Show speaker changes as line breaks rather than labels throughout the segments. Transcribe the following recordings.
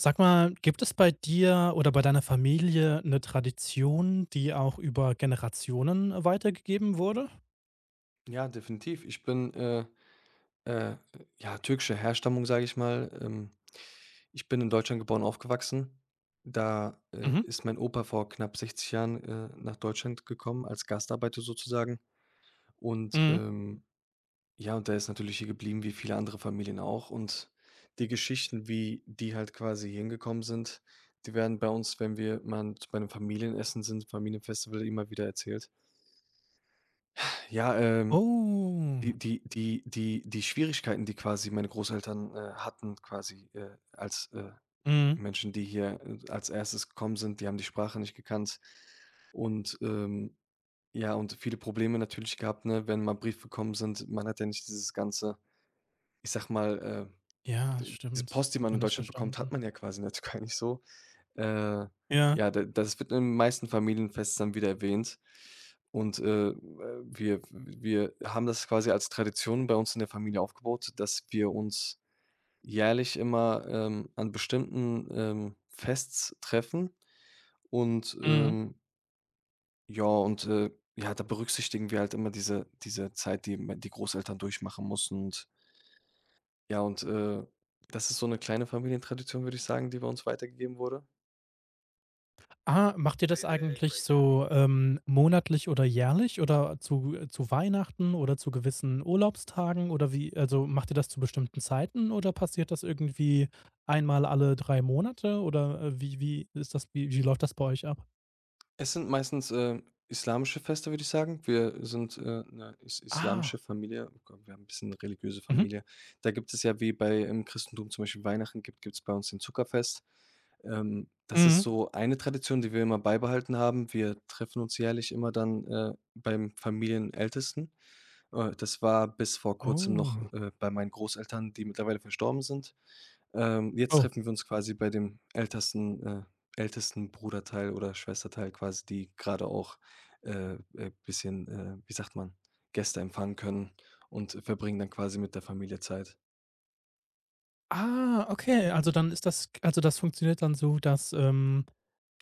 Sag mal, gibt es bei dir oder bei deiner Familie eine Tradition, die auch über Generationen weitergegeben wurde?
Ja, definitiv. Ich bin, äh, ja, türkischer Herstammung, sage ich mal. Ich bin in Deutschland geboren, aufgewachsen. Da,
Mhm,
ist mein Opa vor knapp 60 Jahren, nach Deutschland gekommen, als Gastarbeiter sozusagen. Und,
mhm.
ja, und der ist natürlich hier geblieben, wie viele andere Familien auch. Und die Geschichten, wie die halt quasi hier hingekommen sind, die werden bei uns, wenn wir mal bei 'nem Familienessen sind, Familienfestival immer wieder erzählt. Ja,
Oh,
Die Schwierigkeiten, die quasi meine Großeltern, hatten quasi, als,
mhm.
Menschen, die hier, als Erstes gekommen sind, die haben die Sprache nicht gekannt und, ja, und viele Probleme natürlich gehabt, ne, wenn mal Briefe gekommen sind. Man hat ja nicht dieses ganze, ich sag mal,
Ja,
d diese
stimmt.
Post, die
Hat
man
man
in
nicht
Deutschland bekommt, hat
verstanden.
man ja quasi in der Türkei nicht so. Äh,
Ja.
ja, da das wird in den meisten Familienfesten dann wieder erwähnt und, wir haben das quasi als Tradition bei uns in der Familie aufgebaut, dass wir uns jährlich immer, an bestimmten, Fests treffen und,
Mhm.
ja und, ja, da berücksichtigen wir halt immer diese Zeit, die m die Großeltern durchmachen mussten, und ja und, das ist so eine kleine Familientradition, würde ich sagen, die bei uns weitergegeben wurde.
Ah, macht ihr das eigentlich so, monatlich oder jährlich oder zu Weihnachten oder zu gewissen Urlaubstagen oder wie also, macht ihr das zu bestimmten Zeiten oder passiert das irgendwie einmal alle 3 Monate oder, wie ist das wie läuft das bei euch ab?
Es sind meistens, islamische Feste, würde ich sagen. Wir sind, 'ne is
Ah.
islamische Familie. Oh, wir haben ein bisschen religiöse
Mhm.
Familie. Da gibt es ja wie bei im Christentum zum Beispiel Weihnachten, gibt es bei uns den Zuckerfest. Das ist
Mhm.
so eine Tradition, die wir immer beibehalten haben. Wir treffen uns jährlich immer dann, beim Familienältesten. Das war bis vor Kurzem noch,
Oh.
bei meinen Großeltern, die mittlerweile verstorben sind. Jetzt
Oh.
treffen wir uns quasi bei dem ältesten Bruderteil oder Schwesterteil quasi, die gerade auch, bisschen, wie sagt man, Gäste empfangen können, und verbringen dann quasi mit der Familie Zeit.
Ah, okay. Also, dann ist das also, das funktioniert dann so, dass,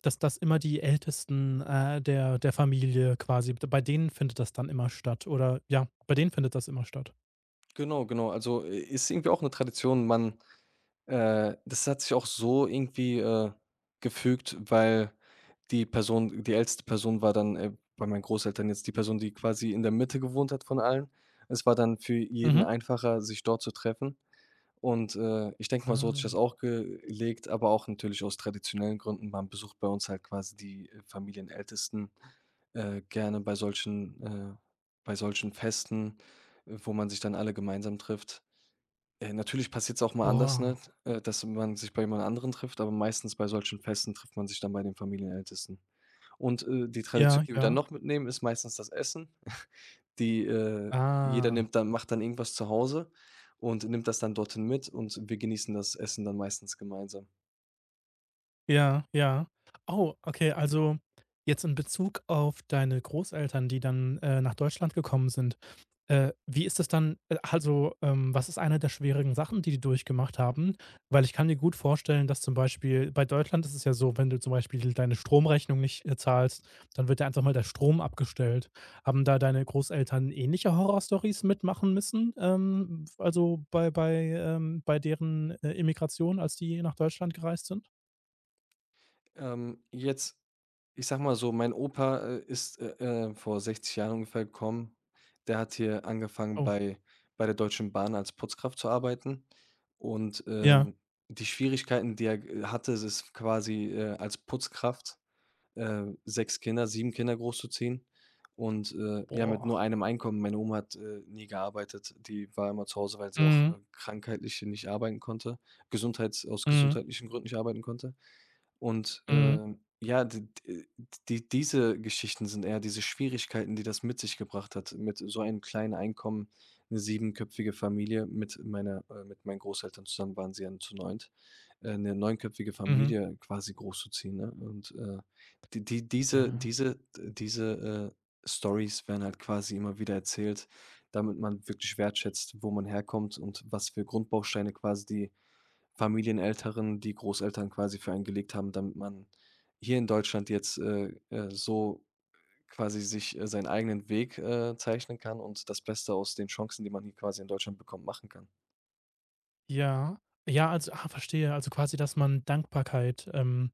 dass das immer die Ältesten, der Familie quasi bei denen findet das dann immer statt oder ja, bei denen findet das immer statt?
Genau, genau. Also, i ist irgendwie auch eine Tradition. Man Das hat sich auch so irgendwie, gefügt, weil die Person, die älteste Person war dann, bei meinen Großeltern, jetzt die Person, die quasi in der Mitte gewohnt hat von allen. Es war dann für jeden
Mhm.
einfacher, sich dort zu treffen. Und, ich denke mal, so hat sich das
Ah.
auch gelegt, aber auch natürlich aus traditionellen Gründen. Man besucht bei uns halt quasi die, Familienältesten, gerne bei solchen Festen, wo man sich dann alle gemeinsam trifft. Natürlich passiert es auch mal anders, ne,
Boah.
dass man sich bei jemand anderen trifft, aber meistens bei solchen Festen trifft man sich dann bei den Familienältesten. Und, die Tradition,
Ja,
die wir dann
ja.
noch mitnehmen, ist meistens das Essen. Die, äh Jeder
Ah.
nimmt dann macht dann irgendwas zu Hause und nimmt das dann dorthin mit, und wir genießen das Essen dann meistens gemeinsam.
Ja, ja. Oh, okay, also jetzt in Bezug auf deine Großeltern, die dann, nach Deutschland gekommen sind. Wie ist das dann also, was ist eine der schwierigen Sachen, die die durchgemacht haben? Weil ich kann mir gut vorstellen, dass zum Beispiel bei Deutschland ist es ja so, wenn du zum Beispiel deine Stromrechnung nicht, zahlst, dann wird ja einfach mal der Strom abgestellt. Haben da deine Großeltern ähnliche Horrorstories mitmachen müssen, also bei deren, Immigration, als die nach Deutschland gereist sind?
Jetzt, ich sag mal so, mein Opa, ist, vor 60 Jahren ungefähr gekommen. Der hat hier angefangen,
Oh.
bei der Deutschen Bahn als Putzkraft zu arbeiten, und,
Ja.
die Schwierigkeiten, die er g hatte, es ist quasi, als Putzkraft 6 Kinder, 7 Kinder großzuziehen und, ja, mit nur
Boah.
einem Einkommen. Meine Oma hat, nie gearbeitet. Die war immer zu Hause, weil sie auch,
Mhm.
krankheitlich nicht arbeiten konnte, gesundheits aus
Mhm.
gesundheitlichen Gründen nicht arbeiten konnte. Und,
Mhm.
ja, d d die diese Geschichten sind eher diese Schwierigkeiten, die das mit sich gebracht hat, mit so einem kleinen Einkommen, eine siebenköpfige Familie, mit meiner mit meinen Großeltern zusammen waren sie ja zu neunt, 'ne neunköpfige
Mhm.
Familie quasi großzuziehen, ne? Und, die diese
Ja.
diese diese, äh, Storys werden halt quasi immer wieder erzählt, damit man wirklich wertschätzt, wo man herkommt und was für Grundbausteine quasi die Familieneltern, die Großeltern quasi für einen gelegt haben, damit man hier in Deutschland jetzt, so quasi sich, seinen eigenen Weg, zeichnen kann und das Beste aus den Chancen, die man hier quasi in Deutschland bekommt, machen kann.
Ja. Ja, also ah, verstehe. Also quasi, dass man Dankbarkeit,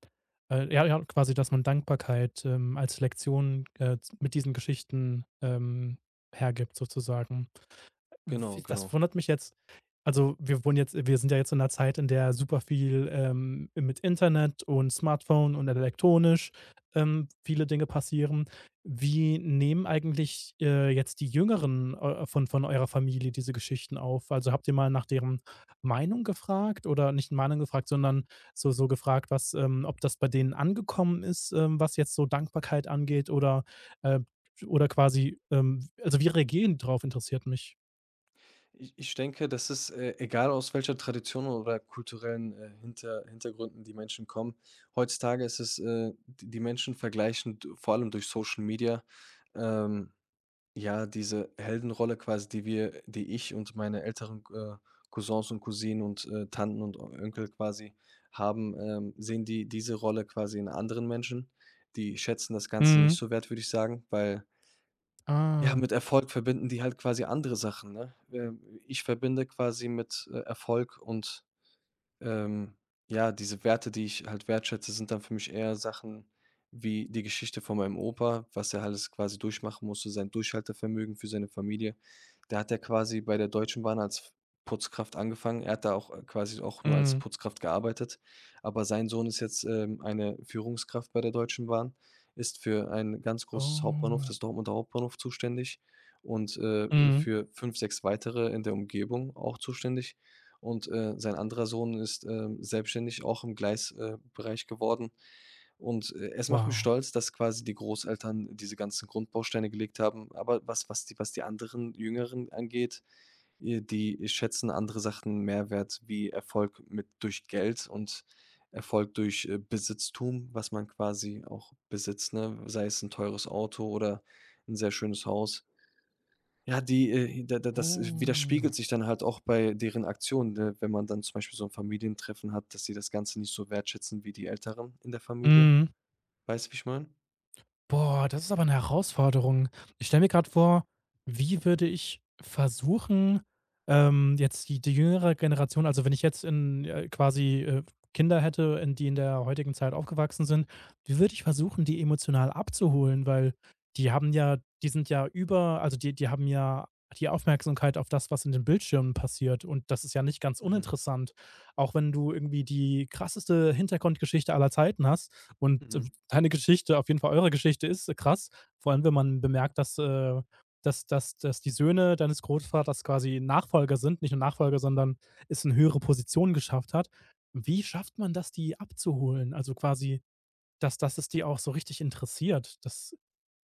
ja, ja, quasi, dass man Dankbarkeit, als Lektion, z mit diesen Geschichten, hergibt sozusagen.
Genau,
W
genau.
Das wundert mich jetzt. Also, wir sind ja jetzt in einer Zeit, in der super viel, mit Internet und Smartphone und elektronisch, viele Dinge passieren. Wie nehmen eigentlich, jetzt die Jüngeren, von eurer Familie diese Geschichten auf? Also, habt ihr mal nach deren Meinung gefragt oder nicht Meinung gefragt, sondern so gefragt, was, ob das bei denen angekommen ist, was jetzt so Dankbarkeit angeht äh oder quasi, also, wie reagieren die drauf, interessiert mich.
Ich denke, das ist, egal aus welcher Tradition oder kulturellen, Hintergründen die Menschen kommen. Heutzutage ist es, d die Menschen vergleichen d vor allem durch Social Media, ähm ja, diese Heldenrolle quasi, die ich und meine älteren, Cousins und Cousinen und, Tanten und O Enkel quasi haben, sehen die diese Rolle quasi in anderen Menschen. Die schätzen das Ganze nicht
Mhm.
so wert, würde ich sagen, weil, ja,
Ah.
mit Erfolg verbinden die halt quasi andere Sachen, ne? Ich verbinde quasi mit, Erfolg und ähm, ja, diese Werte, die ich halt wertschätze, sind dann für mich eher Sachen wie die Geschichte von meinem Opa, was er alles quasi durchmachen musste, sein Durchhaltevermögen für seine Familie. Der hat ja quasi bei der Deutschen Bahn als Putzkraft angefangen. Er hat da auch quasi auch nur als
Mhm.
Putzkraft gearbeitet. Aber sein Sohn ist jetzt, eine Führungskraft bei der Deutschen Bahn, ist für ein ganz großes Hauptbahnhof,
Oh.
das Dortmunder Hauptbahnhof, zuständig und,
Mhm.
für fünf, sechs weitere in der Umgebung auch zuständig. Und, sein anderer Sohn ist, selbstständig auch im Gleisbereich Bereich geworden. Und, es macht mich
Wow.
stolz, dass quasi die Großeltern diese ganzen Grundbausteine gelegt haben. Aber was die anderen Jüngeren angeht, die schätzen andere Sachen mehr wert, wie Erfolg mit durch Geld und Erfolg durch, Besitztum, was man quasi auch besitzt, ne? Sei es ein teures Auto oder ein sehr schönes Haus. Ja, die, da da das
Oh.
widerspiegelt sich dann halt auch bei deren Aktionen, ne, wenn man dann zum Beispiel so ein Familientreffen hat, dass sie das Ganze nicht so wertschätzen wie die Älteren in der Familie.
Mhm.
Weißt du, wie ich meine?
Boah, das ist aber 'ne Herausforderung. Ich stelle mir grad vor, wie würde ich versuchen, jetzt die jüngere Generation also, wenn ich jetzt in, quasi, Kinder hätte, in der heutigen Zeit aufgewachsen sind, wie würde ich versuchen, die emotional abzuholen? Weil die sind ja über also, die haben ja die Aufmerksamkeit auf das, was in den Bildschirmen passiert und das ist ja nicht ganz
Mhm,
uninteressant. Auch wenn du irgendwie die krasseste Hintergrundgeschichte aller Zeiten hast und
mhm.
deine Geschichte, auf jeden Fall eure Geschichte ist krass. Vor allem, wenn man bemerkt, dass, dass die Söhne deines Großvaters quasi Nachfolger sind, nicht nur Nachfolger, sondern es in höhere Positionen geschafft hat. Wie schafft man das, die abzuholen? Also quasi, dass es die auch so richtig interessiert. Das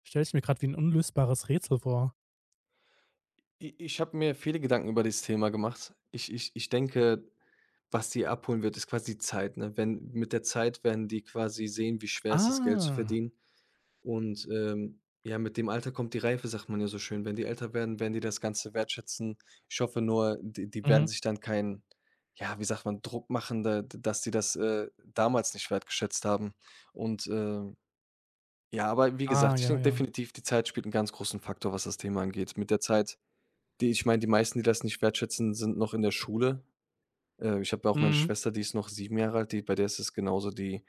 stelle ich mir gerade wie ein unlösbares Rätsel vor.
I Ich habe mir viele Gedanken über dieses Thema gemacht. Ich denke, was die abholen wird, ist quasi die Zeit, ne? Wenn Mit der Zeit werden die quasi sehen, wie schwer es ist, Geld zu
Ah.
verdienen. Und, ja, mit dem Alter kommt die Reife, sagt man ja so schön. Wenn die älter werden, werden die das Ganze wertschätzen. Ich hoffe nur, die werden
Mhm.
sich dann keinen, ja, wie sagt man, Druck machen, da dass die das, damals nicht wertgeschätzt haben. Und, ja, aber wie
Ah,
gesagt, ich
ja,
denke
ja.
definitiv, die Zeit spielt einen ganz großen Faktor, was das Thema angeht. Mit der Zeit, die ich meine, die meisten, die das nicht wertschätzen, sind noch in der Schule. Ich habe ja auch meine
Mhm.
Schwester, die ist noch 7 Jahre alt, die, bei der ist es genauso. Die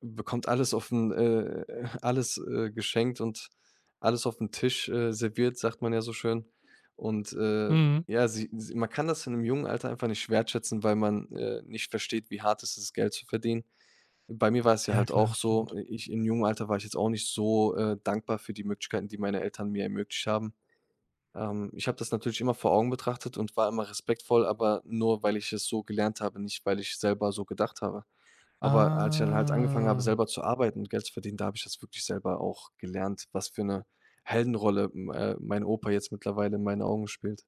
bekommt alles auf'n alles, geschenkt und alles auf den Tisch, serviert, sagt man ja so schön. Und,
Mhm.
ja, sie man kann das in 'nem jungen Alter einfach nicht wertschätzen, weil man, nicht versteht, wie hart es ist, Geld zu verdienen. Bei mir war es ja
Ja,
halt auch
klar,
so,
stimmt.
ich im jungen Alter war ich jetzt auch nicht so, dankbar für die Möglichkeiten, die meine Eltern mir ermöglicht haben. Ich habe das natürlich immer vor Augen betrachtet und war immer respektvoll, aber nur, weil ich es so gelernt habe, nicht weil ich selber so gedacht habe. Aber als ich dann halt angefangen habe,
Ah.
selber zu arbeiten und Geld zu verdienen, da habe ich das wirklich selber auch gelernt, was für eine Heldenrolle, m mein Opa jetzt mittlerweile in meinen Augen spielt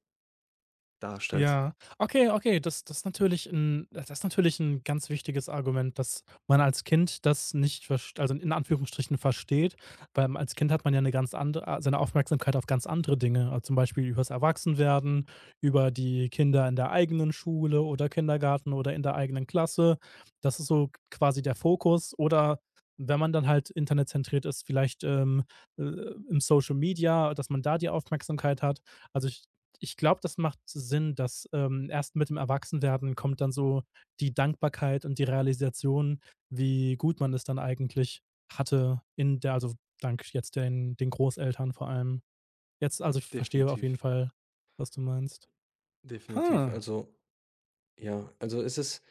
darstellt.
Ja. Okay, okay, das ist natürlich ein ganz wichtiges Argument, dass man als Kind das nicht verst also, in Anführungsstrichen versteht, weil als Kind hat man ja eine ganz andere a seine Aufmerksamkeit auf ganz andere Dinge, also, zum Beispiel übers Erwachsenwerden, über die Kinder in der eigenen Schule oder Kindergarten oder in der eigenen Klasse. Das ist so quasi der Fokus oder wenn man dann halt internetzentriert ist, vielleicht, äh, im Social Media, dass man da die Aufmerksamkeit hat. Also, ich glaube, das macht Sinn, dass erst mit dem Erwachsenwerden kommt dann so die Dankbarkeit und die Realisation, wie gut man es dann eigentlich hatte in der also dank jetzt den Großeltern vor allem. Jetzt also ich verstehe auf
Definitiv,
jeden Fall, was du meinst.
definitiv.
Ha.
Also, ja, also, es ist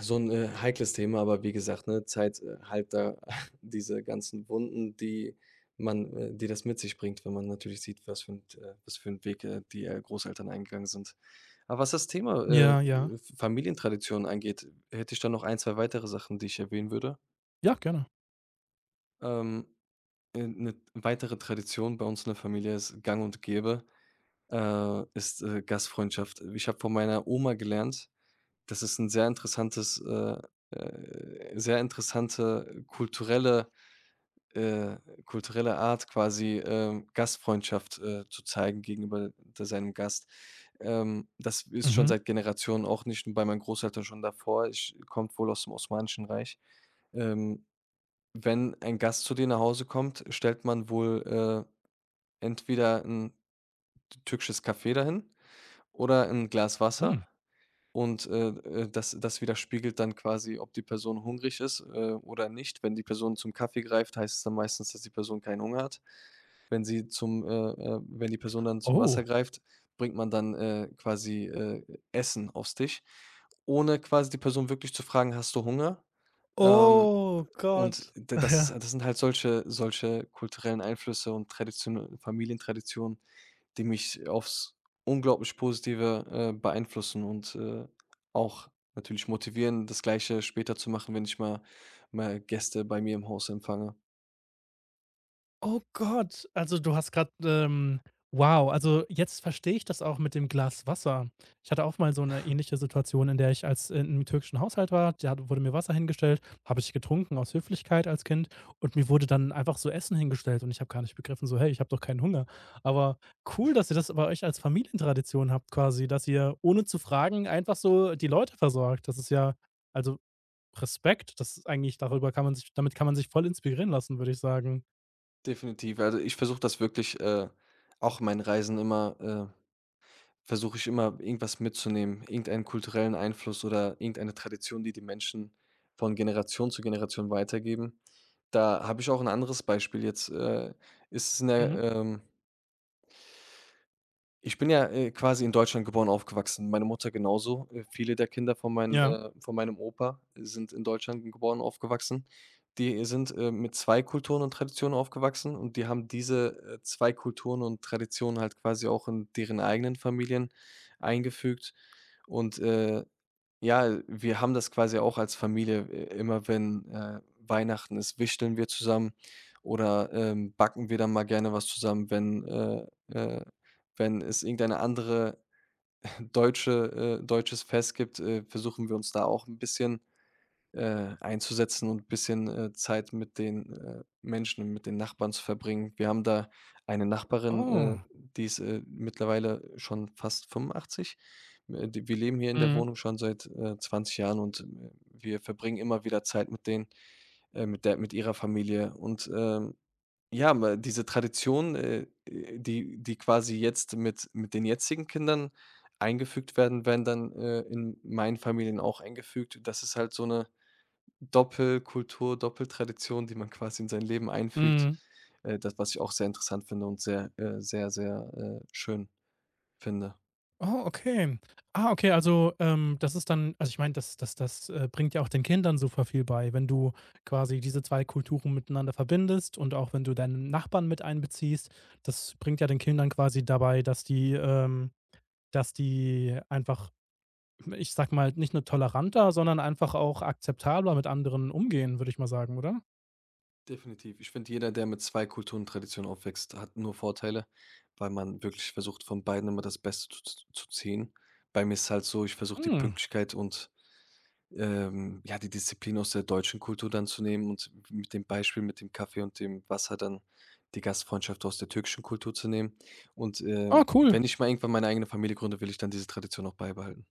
so ein heikles Thema, aber wie gesagt, ne, Zeit, heilt da diese ganzen Wunden, die das mit sich bringt, wenn man natürlich sieht, was für was für einen Weg, die, Großeltern eingegangen sind. Aber was das Thema,
Ja, ja.
F Familientraditionen angeht, hätte ich da noch ein, 2 weitere Sachen, die ich erwähnen würde.
Ja, gerne.
Ähm, 'Ne weitere Tradition bei uns in der Familie ist gang und gäbe, ist, Gastfreundschaft. Ich habe von meiner Oma gelernt, das ist 'n sehr interessantes sehr interessante äh, kulturelle Art quasi, Gastfreundschaft, zu zeigen gegenüber d seinem Gast. Das ist schon
Mhm.
seit Generationen auch, nicht nur bei meinen Großeltern, schon davor. Ich kommt wohl aus dem Osmanischen Reich. Ähm, wenn ein Gast zu dir nach Hause kommt, stellt man wohl, entweder ein türkisches Kaffee dahin oder ein Glas
Hm.
Wasser. Und, das widerspiegelt dann quasi, ob die Person hungrig ist, oder nicht. Wenn die Person zum Kaffee greift, heißt es dann meistens, dass die Person keinen Hunger hat. Wenn sie zum wenn die Person dann zum Wasser
Oh.
greift, bringt man dann, quasi, Essen auf's Tisch, ohne quasi die Person wirklich zu fragen: „Hast du Hunger?“ ähm,
Oh
und
Gott.
d
Ja.
das sind halt solche kulturellen Einflüsse und Tradition Familientraditionen, die mich aufs unglaublich Positive, beeinflussen und, auch natürlich motivieren, das Gleiche später zu machen, wenn ich mal Gäste bei mir im Haus empfange.
Oh Gott, also du hast gerade wow, also jetzt verstehe ich das auch mit dem Glas Wasser. Ich hatte auch mal so eine ähnliche Situation, in der ich als in 'nem türkischen Haushalt war. Da hat wurde mir Wasser hingestellt, habe ich getrunken aus Höflichkeit als Kind und mir wurde dann einfach so Essen hingestellt und ich habe gar nicht begriffen, so: „Hey, ich habe doch keinen Hunger.“ Aber cool, dass ihr das bei euch als Familientradition habt quasi, dass ihr ohne zu fragen einfach so die Leute versorgt. Das ist ja also Respekt, das ist eigentlich darüber kann man sich damit kann man sich voll inspirieren lassen, würde ich sagen.
Definitiv. Also, ich versuche das wirklich, auch in meinen Reisen immer, versuche ich immer, irgendwas mitzunehmen, irgendeinen kulturellen Einfluss oder irgendeine Tradition, die die Menschen von Generation zu Generation weitergeben. Da habe ich auch ein anderes Beispiel jetzt, ist es in der,
Mhm.
ich bin ja, quasi in Deutschland geboren, aufgewachsen. Meine Mutter genauso. Viele der Kinder von meinen
Ja.
von meinem Opa sind in Deutschland geboren, aufgewachsen. Die sind, mit 2 Kulturen und Traditionen aufgewachsen, und die haben diese, 2 Kulturen und Traditionen halt quasi auch in deren eigenen Familien eingefügt und, ja, wir haben das quasi auch als Familie, immer wenn, Weihnachten ist, wichteln wir zusammen oder, backen wir dann mal gerne was zusammen, wenn, äh wenn es irgendeine andere deutsche deutsches Fest gibt, versuchen wir uns da auch ein bisschen einzusetzen und ein bisschen, Zeit mit den, Menschen, mit den Nachbarn zu verbringen. Wir haben da eine Nachbarin,
Oh.
die ist, mittlerweile schon fast 85. D wir leben hier in der
Mhm,
Wohnung schon seit, 20 Jahren und, wir verbringen immer wieder Zeit mit denen, mit ihrer Familie. Und, ja, ma diese Tradition, die quasi jetzt mit den jetzigen Kindern eingefügt werden, werden dann, in meinen Familien auch eingefügt. Das ist halt so eine Doppelkultur, Doppeltradition, die man quasi in sein Leben einfügt,
mhm.
das, was ich auch sehr interessant finde und sehr, sehr, sehr, schön finde.
Oh, okay. Ah, okay, also, das ist dann also, ich meine, das bringt ja auch den Kindern super viel bei, wenn du quasi diese 2 Kulturen miteinander verbindest und auch wenn du deinen Nachbarn mit einbeziehst. Das bringt ja den Kindern quasi dabei, dass die einfach, ich sage mal, nicht nur toleranter, sondern einfach auch akzeptabler mit anderen umgehen, würde ich mal sagen, oder?
Definitiv. Ich finde, jeder, der mit 2 Kulturen und Traditionen aufwächst, hat nur Vorteile, weil man wirklich versucht, von beiden immer das Beste zu ziehen. Bei mir ist es halt so, ich versuche die
Mhm.
Pünktlichkeit und, ja, die Disziplin aus der deutschen Kultur dann zu nehmen und mit dem Beispiel mit dem Kaffee und dem Wasser dann die Gastfreundschaft aus der türkischen Kultur zu nehmen. Und,
Ah, cool.
wenn ich mal irgendwann meine eigene Familie gründe, will ich dann diese Tradition auch beibehalten.